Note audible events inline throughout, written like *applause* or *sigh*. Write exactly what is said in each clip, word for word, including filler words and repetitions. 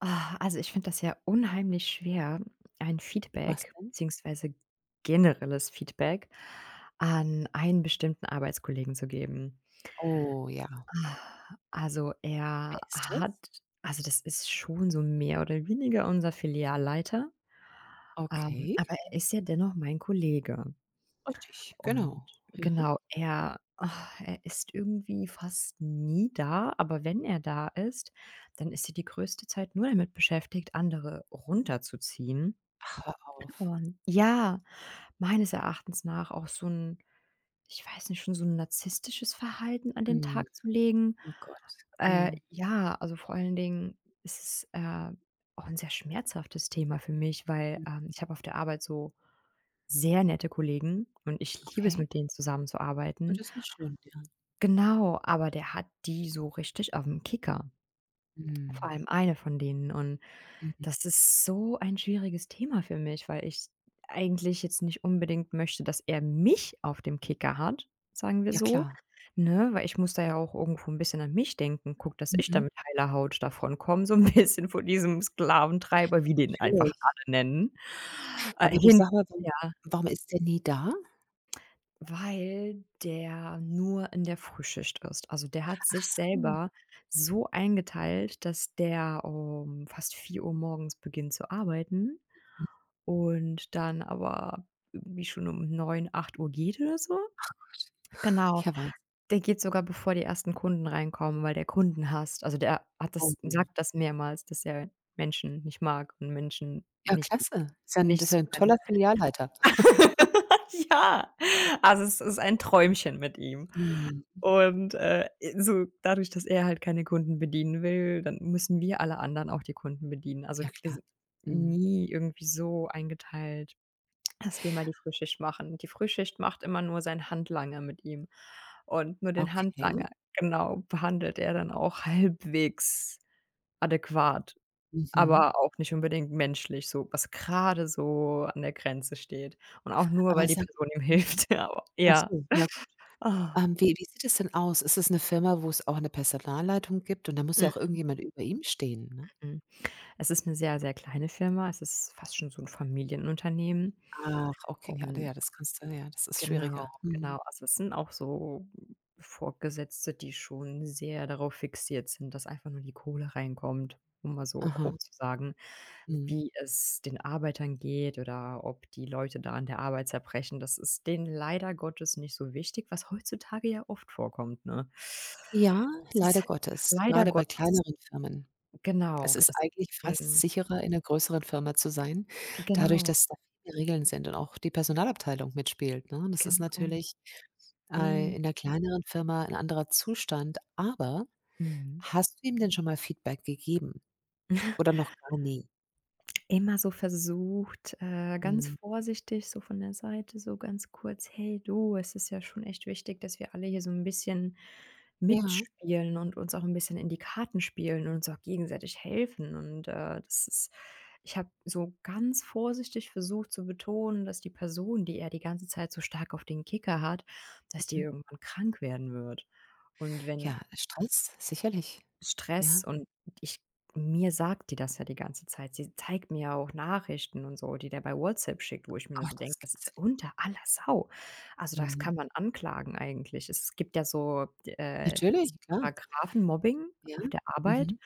Ah, also ich finde das ja unheimlich schwer, ein Was Feedback denn? beziehungsweise generelles Feedback an einen bestimmten Arbeitskollegen zu geben. Oh ja. Ah, also Wer er ist hat das? also das ist schon so mehr oder weniger unser Filialleiter, ähm, Okay. aber er ist ja dennoch mein Kollege. Richtig, Und genau. Ja. genau, er ah, er ist irgendwie fast nie da, aber wenn er da ist, dann ist er die größte Zeit nur damit beschäftigt, andere runterzuziehen. Ach, hör auf. Und ja, meines Erachtens nach auch so 'n ich weiß nicht, schon so 'n narzisstisches Verhalten an den Mhm. Tag zu legen. Oh Gott. Äh, Ja. ja, also, vor allen Dingen ist es, äh, auch 'n sehr schmerzhaftes Thema für mich, weil, Hm. ähm, ich habe auf der Arbeit so sehr nette Kollegen und ich liebe es, Okay. mit denen Oh, zusammenzuarbeiten. das ist schön, ja. Genau, aber der hat die so richtig aufm Kicker. Vor Mhm. allem eine von denen und Mhm. das ist so ein schwieriges Thema für mich, weil ich eigentlich jetzt nicht unbedingt möchte, dass er mich auf dem Kicker hat, sagen wir Ja so, klar. ne? Weil ich muss da ja auch irgendwo ein bisschen an mich denken, guck dass ich da Mhm. mit heiler Haut davonkomme, so ein *laughs* bisschen von diesem Ja, Sklaventreiber, wie den einfach natürlich. alle nennen, äh, Aber du hin sag mal, warum ja. warum ist der nie da? Weil der nur in der Frühschicht ist. Also, der hat Ach sich so. selber so eingeteilt, dass der um fast vier Uhr morgens beginnt zu arbeiten Hm. und dann aber irgendwie schon um neun acht Uhr geht oder so. Genau. Ja, Wahnsinn. Der geht sogar, bevor die ersten Kunden reinkommen, weil der Kunden hasst. Also, der hat Oh. das sagt das mehrmals, dass er Menschen nicht mag und Menschen Ja, nicht klasse. Ist ja 'n das nicht ist zu ja 'n *laughs* kann. toller Filialleiter. Ja, also, es ist ein Träumchen mit ihm. Mhm. Und, äh, so dadurch, dass er halt keine Kunden bedienen will, dann müssen wir alle anderen auch die Kunden bedienen. Also, Ja wir klar. sind Mhm. nie irgendwie so eingeteilt, dass wir mal die Frühschicht machen. Die Frühschicht macht immer nur sein Handlanger mit ihm. Und nur den Okay. Handlanger genau, behandelt er dann auch halbwegs adäquat, Mhm. aber auch nicht unbedingt menschlich, so was gerade so an der Grenze steht. Und auch nur, Aber weil die sag Person ihm mhm. hilft, *laughs* ja, aber Ach ja. so, ja. Ah. Ähm, wie wie sieht es denn aus? Ist es eine Firma, wo es auch eine Personalleitung gibt? Und da muss ja auch irgendjemand über ihm stehen, ne? Mhm. Es ist eine sehr, sehr kleine Firma. Es ist fast schon so 'n Familienunternehmen Ach, okay, ja, und ja, das kannst du ja, das ist genau, schwieriger. Mhm. genau. Also, es sind auch so Vorgesetzte, die schon sehr darauf fixiert sind, dass einfach nur die Kohle reinkommt, um mal so Aha, grob zu sagen, mhm. wie es den Arbeitern geht oder ob die Leute da an der Arbeit zerbrechen. Das ist denen leider Gottes nicht so wichtig, was heutzutage ja oft vorkommt, ne? Ja, Es leider ist Gottes, leider gerade bei Gottes. kleineren Firmen. Es Genau, g ist das eigentlich fast mhm. sicherer, in einer größeren Firma zu sein, dadurch, Genau, dass da viele Regeln sind und auch die Personalabteilung mitspielt, ne? Das ist genau. natürlich, äh, Mhm. in der kleineren Firma ein anderer Zustand, aber Mhm. hast du ihm denn schon mal Feedback gegeben *laughs* oder noch gar nie? Immer so versucht, äh, ganz Mhm. vorsichtig, so von der Seite, so ganz kurz: „Hey du, es ist ja schon echt wichtig, dass wir alle hier so ein bisschen Ja, mitspielen und uns auch ein bisschen in die Karten spielen und uns auch gegenseitig helfen.“ Und, äh, das ist ich habe so ganz vorsichtig versucht zu betonen, dass die Person, die er die ganze Zeit so stark auf den Kicker hat, dass die mhm. irgendwann krank werden wird. Und wenn Ja, Stress, sicherlich. Stress Ja. und ich mir sagt die das ja die ganze Zeit. Sie zeigt mir ja auch Nachrichten und so, die der bei WhatsApp schickt, wo ich mir nur Gott, so denke, das das gibt's ja ist unter aller Sau. Also, das mhm. kann man anklagen eigentlich. Es gibt ja so, äh, Natürlich, diesen klar. Paragraphen Mobbing Ja. auf der Arbeit Mhm,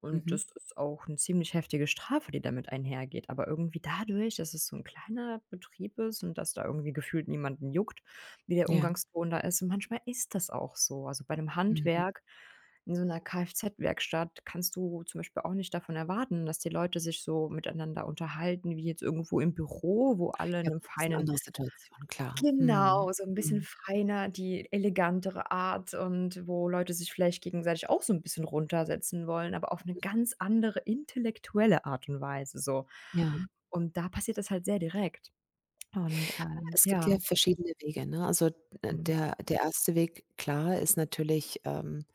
und mhm. das ist auch eine ziemlich heftige Strafe, die damit einhergeht. Aber irgendwie dadurch, dass es so ein kleiner Betrieb ist und dass da irgendwie gefühlt niemanden juckt, wie der Ja, Umgangston da ist. Und manchmal ist das auch so. Also, bei 'nem mhm. Handwerk in so einer Kfz-Werkstatt kannst du zum Beispiel auch nicht davon erwarten, dass die Leute sich so miteinander unterhalten wie jetzt irgendwo im Büro, wo alle in Ja 'nem gut, ist 'ne feinen andere Situation, klar. Mhm, Genau, so 'n bisschen mhm. feiner, die elegantere Art und wo Leute sich vielleicht gegenseitig auch so 'n bisschen runtersetzen wollen, aber auf 'ne ganz andere intellektuelle Art und Weise so. Ja, Und da passiert das halt sehr direkt. Und, ähm, es gibt ja ja, verschiedene Wege, ne? Also, äh, mhm, der der erste Weg, klar, ist natürlich, ähm,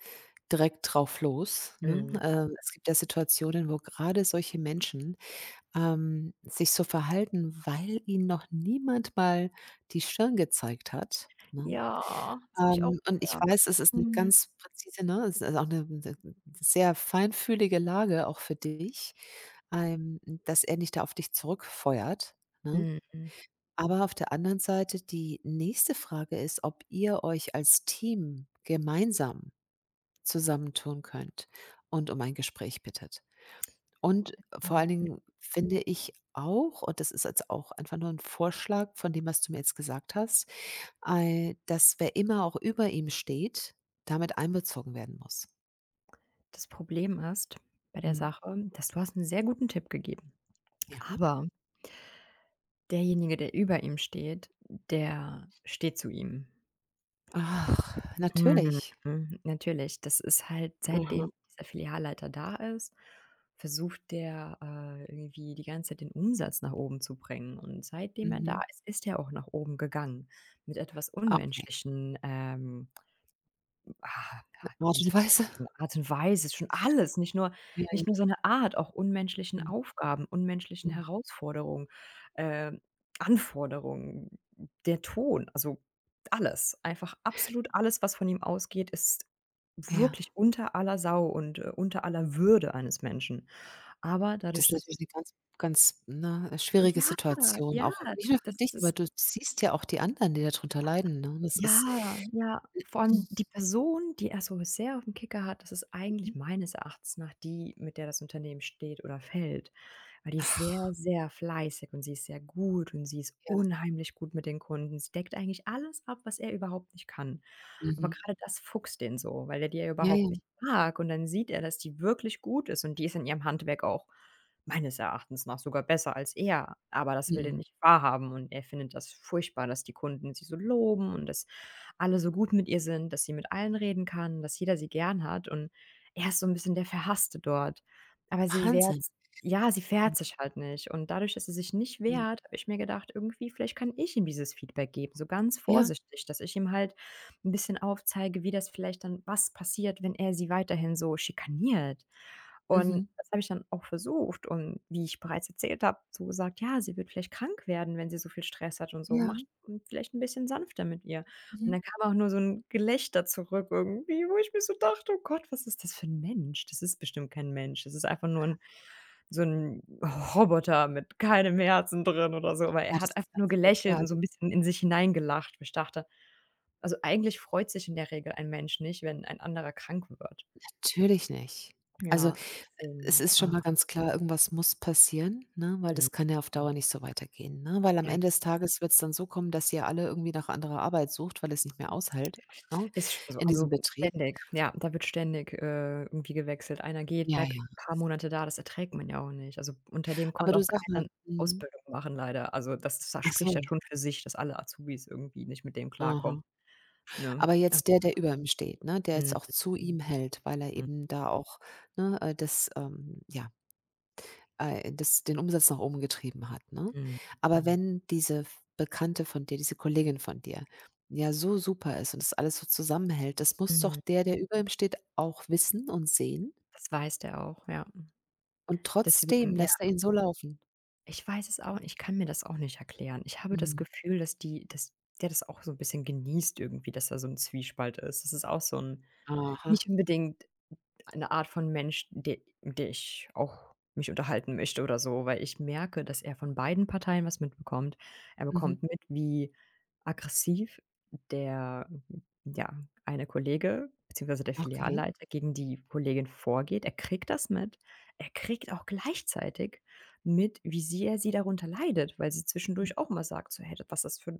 direkt drauf los, ne? mhm. Ähm, es gibt ja Situationen, wo grade solche Menschen, ähm, sich so verhalten, weil ihnen noch niemand mal die Stirn gezeigt hat, ne? Ja, das habe ich auch Ähm, und ich gedacht. weiß, es ist 'ne Mhm. ganz präzise ne, es ist also auch 'ne 'ne ne, ne sehr feinfühlige Lage auch für dich, ähm, dass er nicht da auf dich zurückfeuert, ne? Mhm, mhm. Aber auf der anderen Seite die nächste Frage ist, ob ihr euch als Team gemeinsam zusammentun könnt und um ein Gespräch bittet. Und vor allen mhm. Dingen finde ich auch und das ist jetzt auch einfach nur 'n Vorschlag von dem, was du mir jetzt gesagt hast. Ei dass wer immer auch über ihm steht, damit einbezogen werden muss. Das Problem ist bei der Mhm. Sache, dass du hast 'n sehr guten Tipp gegeben, Ja. aber derjenige, der über ihm steht, der steht zu ihm. Ach, Mhm, natürlich. mhm, natürlich. Das ist halt Mhm, seitdem dieser Filialleiter da ist, versucht der, äh, irgendwie die ganze Zeit den Umsatz nach oben zu bringen. Und seitdem er da mhm. ist, ist er auch nach oben gegangen mit etwas Okay, unmenschlichen, ähm Ah, na, Art wie soll und ich Weise. sagen, *laughs* Art und Weise ist schon alles, nicht nur Ja, nicht nur seine Art, auch unmenschlichen mhm, Aufgaben, unmenschlichen mhm. Herausforderungen, ähm, Anforderungen, der Ton, also alles. Einfach absolut alles, was von ihm ausgeht, ist Ja, wirklich unter aller Sau und, äh, unter aller Würde eines Menschen. Aber das ist dadurch, natürlich dass eine ganz ganz, ne, äh, schwierige ja, Situation ja, auch nicht nur für dich, das aber ist du siehst ja auch die anderen, die da drunter leiden, ne? Das ist Ja, ja, vor allem die Person, die er so sehr auf dem Kicker hat, das ist mhm. eigentlich meines Erachtens nach die, mit der das Unternehmen steht oder fällt. Weil die ist Ach sehr, sehr fleißig und sie ist sehr gut und sie ist ja, unheimlich gut mit den Kunden. Sie deckt eigentlich alles ab, was er überhaupt nicht kann. Aber mhm. gerade das fuchst den so, weil er die ja Ja, ja. überhaupt nicht mag und dann sieht er, dass die wirklich gut ist und die ist in ihrem Handwerk auch meines Erachtens nach sogar besser als er. Aber das will er Mhm. nicht wahrhaben und er findet das furchtbar, dass die Kunden sie so loben und dass alle so gut mit ihr sind, dass sie mit allen reden kann, dass jeder sie gern hat und er ist so 'n bisschen der Verhasste dort. Aber sie Wahnsinn. wehrt's ja, sie Mhm, wehrt sich halt nicht und dadurch, dass sie sich nicht mhm. wehrt, habe ich mir gedacht: „Irgendwie vielleicht kann ich ihm dieses Feedback geben“, so ganz Ja, vorsichtig, dass ich ihm halt 'n bisschen aufzeige, wie das vielleicht dann was passiert, wenn er sie weiterhin so schikaniert. Und mhm. das habe ich dann auch versucht und wie ich bereits erzählt habe, so gesagt: „Ja, sie wird vielleicht krank werden, wenn sie so viel Stress hat und so. Ja, Macht vielleicht 'n bisschen sanfter mit ihr.“ und mhm. dann kam auch nur so 'n Gelächter zurück irgendwie, wo ich mir so dachte: „Oh Gott, was ist das für 'n Mensch?“ Das ist bestimmt kein Mensch. Das ist einfach nur 'n so 'n Roboter mit keinem Herzen drin oder so, aber Ja, er das hat einfach ist nur ganz furchtbar. gelächelt und Also, so 'n bisschen in sich hineingelacht, wo ich dachte also, eigentlich freut sich in der Regel ein Mensch nicht, wenn ein anderer krank wird. natürlich nicht. Also, Ja, es deswegen, ist schon ah, mal ganz klar, irgendwas muss passieren, ne, weil mhm, das kann ja auf Dauer nicht so weitergehen, ne? Weil am ja. Ende des Tages wird es dann so kommen, dass ihr alle irgendwie nach anderer Arbeit sucht, weil es nicht mehr aushält, ne, Ist schon so, in diesem also Betrieb. ständig. Ja, da wird ständig, äh, irgendwie gewechselt. Einer geht, Ja, bleibt ein ja. paar Monate da, das erträgt man ja auch nicht. Also, unter dem Aber konnte du auch sag mal keiner 'ne mhm. Ausbildung machen leider. Also, das das Ach spricht so, ja schon für sich, dass alle Azubis irgendwie nicht mit dem klarkommen, aha. ne? Aber Ja, jetzt der, der über ihm steht, ne, der mhm, jetzt auch zu ihm hält, weil er mhm, eben da auch, ne, äh, das, ähm, ja, Äh, das den Umsatz nach oben getrieben hat, ne? mhm, Aber Mhm. wenn diese F Bekannte von dir, diese Kollegin von dir, ja so super ist und das alles so zusammenhält, das muss doch mhm. der, der über ihm steht, auch wissen und sehen Das weiß der auch, ja. und trotzdem Deswegen ja, lässt er ihn so laufen. ich weiß es auch ich kann mir das auch nicht erklären. Ich habe das Mhm. Gefühl, dass die dass der das auch so ein bisschen genießt irgendwie, dass da so ein Zwiespalt ist. Das ist auch so ein Aha. nicht unbedingt eine Art von Mensch, de mit der ich auch mich unterhalten möchte oder so, weil ich merke, dass er von beiden Parteien was mitbekommt. Er Mhm. bekommt mit, wie aggressiv der, ja, eine Kollege beziehungsweise der Okay. Filialleiter gegen die Kollegin vorgeht. Er kriegt das mit. Er kriegt auch gleichzeitig mit, wie sehr sie darunter leidet, weil sie Mhm. zwischendurch auch mal sagt, so: „Hey, was ist das für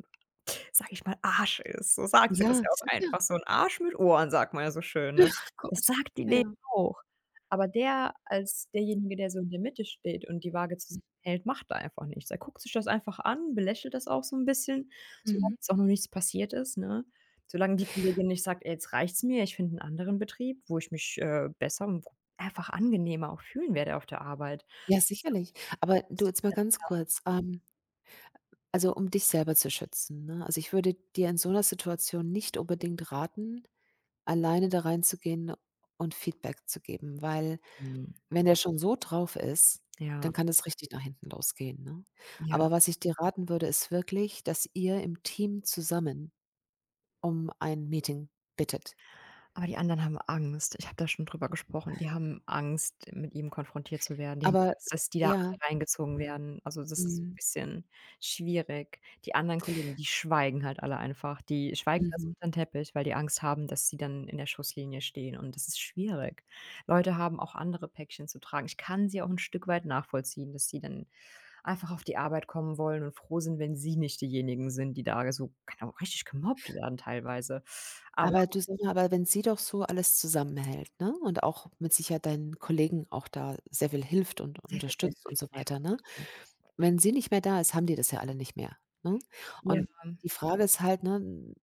sage ich mal, Arsch ist. So sagt sie das Ja, ja auch sicher. einfach. So 'n Arsch mit Ohren, sagt man ja so schön, ne? Ach Das Gott. sagt die denen Ja. auch. Aber der als derjenige, der so in der Mitte steht und die Waage zusammenhält, macht da einfach nichts. Er guckt sich das einfach an, belächelt das auch so 'n bisschen, solange Mhm. jetzt auch noch nichts passiert ist, ne? Solange die Kollegin nicht sagt: „Ey, jetzt reicht's mir, ich finde 'n anderen Betrieb, wo ich mich, äh, besser und gu einfach angenehmer auch fühlen werde auf der Arbeit.“ Ja, Das ist ja auch sicherlich. Aber du, jetzt mal frustrierend. ganz kurz, ähm, also um dich selber zu schützen, ne? Also, ich würde dir in so einer Situation nicht unbedingt raten, alleine da reinzugehen und Feedback zu geben, weil Mhm. wenn der schon so drauf ist, dann Ja, kann das richtig nach hinten losgehen, ne? ja. Aber was ich dir raten würde, ist wirklich, dass ihr im Team zusammen um ein Meeting bittet. Aber die anderen haben Angst. Ich habe da schon drüber gesprochen. Die haben Angst, mit ihm konfrontiert zu werden. Die haben Aber Angst, dass die da ja, alle reingezogen werden. Also, das ist 'n mhm, bisschen schwierig. Die anderen Kollegen, die schweigen halt alle einfach. Die schweigen das mhm. unter 'n Teppich, weil die Angst haben, dass sie dann in der Schusslinie stehen und das ist schwierig. Leute haben auch andere Päckchen zu tragen. Ich kann sie auch ein Stück weit nachvollziehen, dass sie dann einfach auf die Arbeit kommen wollen und froh sind, wenn sie nicht diejenigen sind, die da so, keine Ahnung, richtig gemobbt werden teilweise. Aber Aber du, sag mal, aber wenn sie doch so alles zusammenhält, ne, und auch mit Sicherheit deinen Kollegen auch da sehr viel hilft und Sehr viel Geld. unterstützt und so weiter, ne? Ja. Wenn sie nicht mehr da ist, haben die das ja alle nicht mehr, ne? Ja, Und die Frage ist halt, ne,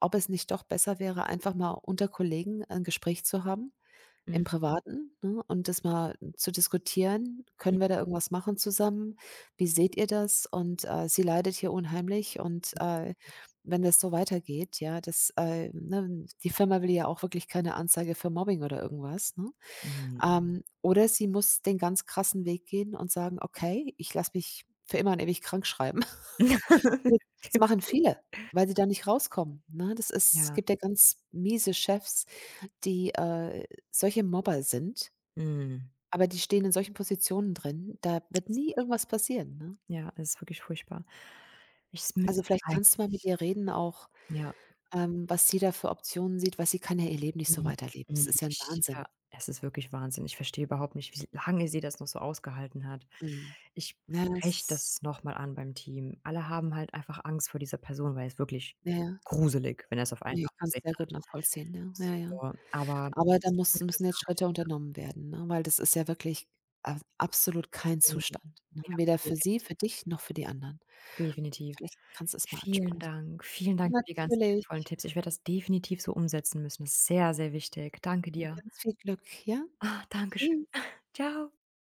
ob es nicht doch besser wäre, einfach mal unter Kollegen ein Gespräch zu haben im mhm. Privaten, ne, und das mal zu diskutieren: „Können wir da irgendwas machen zusammen? Wie seht ihr das? Und, äh, sie leidet hier unheimlich und, äh, wenn das so weitergeht, ja, das, äh, ne, die Firma will ja auch wirklich keine Anzeige für Mobbing oder irgendwas, ne? Mhm. Ähm, oder sie muss den ganz krassen Weg gehen und sagen: „Okay, ich lasse mich für immer und ewig krank schreiben.“ das *laughs* das machen viele, weil sie da nicht rauskommen, ne? Das ist es Ja. gibt ja ganz miese Chefs, die, äh, solche Mobber sind, Mhm. aber die stehen in solchen Positionen drin, da wird Ist nie furchtbar. irgendwas passieren, ne? Ja, es ist wirklich furchtbar. Ich s Also, müsste es vielleicht kannst du mal mit eigentlich ihr reden auch, ja. ähm, was sie da für Optionen sieht, weil sie kann ja ihr Leben nicht so Mhm. weiterleben. Das Mhm. ist ja 'n Ich ja, Wahnsinn. es ist wirklich Wahnsinn. Ich verstehe überhaupt nicht, wie lange sie das noch so ausgehalten hat. Mhm. Ich Ja, spreche das das noch mal an beim Team. Alle haben halt einfach Angst vor dieser Person, weil es wirklich ja, ja. gruselig, wenn er's auf einen Ne, ich kann's abgesehen sehr gut hat. nachvollziehen, ja. Ja, ja. So, aber das Aber da hast du muss gut müssen jetzt gesagt. Schritte unternommen werden, ne, weil das ist ja wirklich a absolut kein Mhm. Zustand, ne? Ja, Weder für sie, definitiv, für dich noch für die anderen. definitiv. Vielleicht kannst du es mal Vielen ansprechen. Dank. Vielen Dank für die ganzen wertvollen Natürlich. Tipps. Ich werde das definitiv so umsetzen müssen. Das ist sehr, sehr wichtig. Danke dir. Ganz viel Glück, ja? Ah, danke schön. Tschüss. Tschau. *laughs*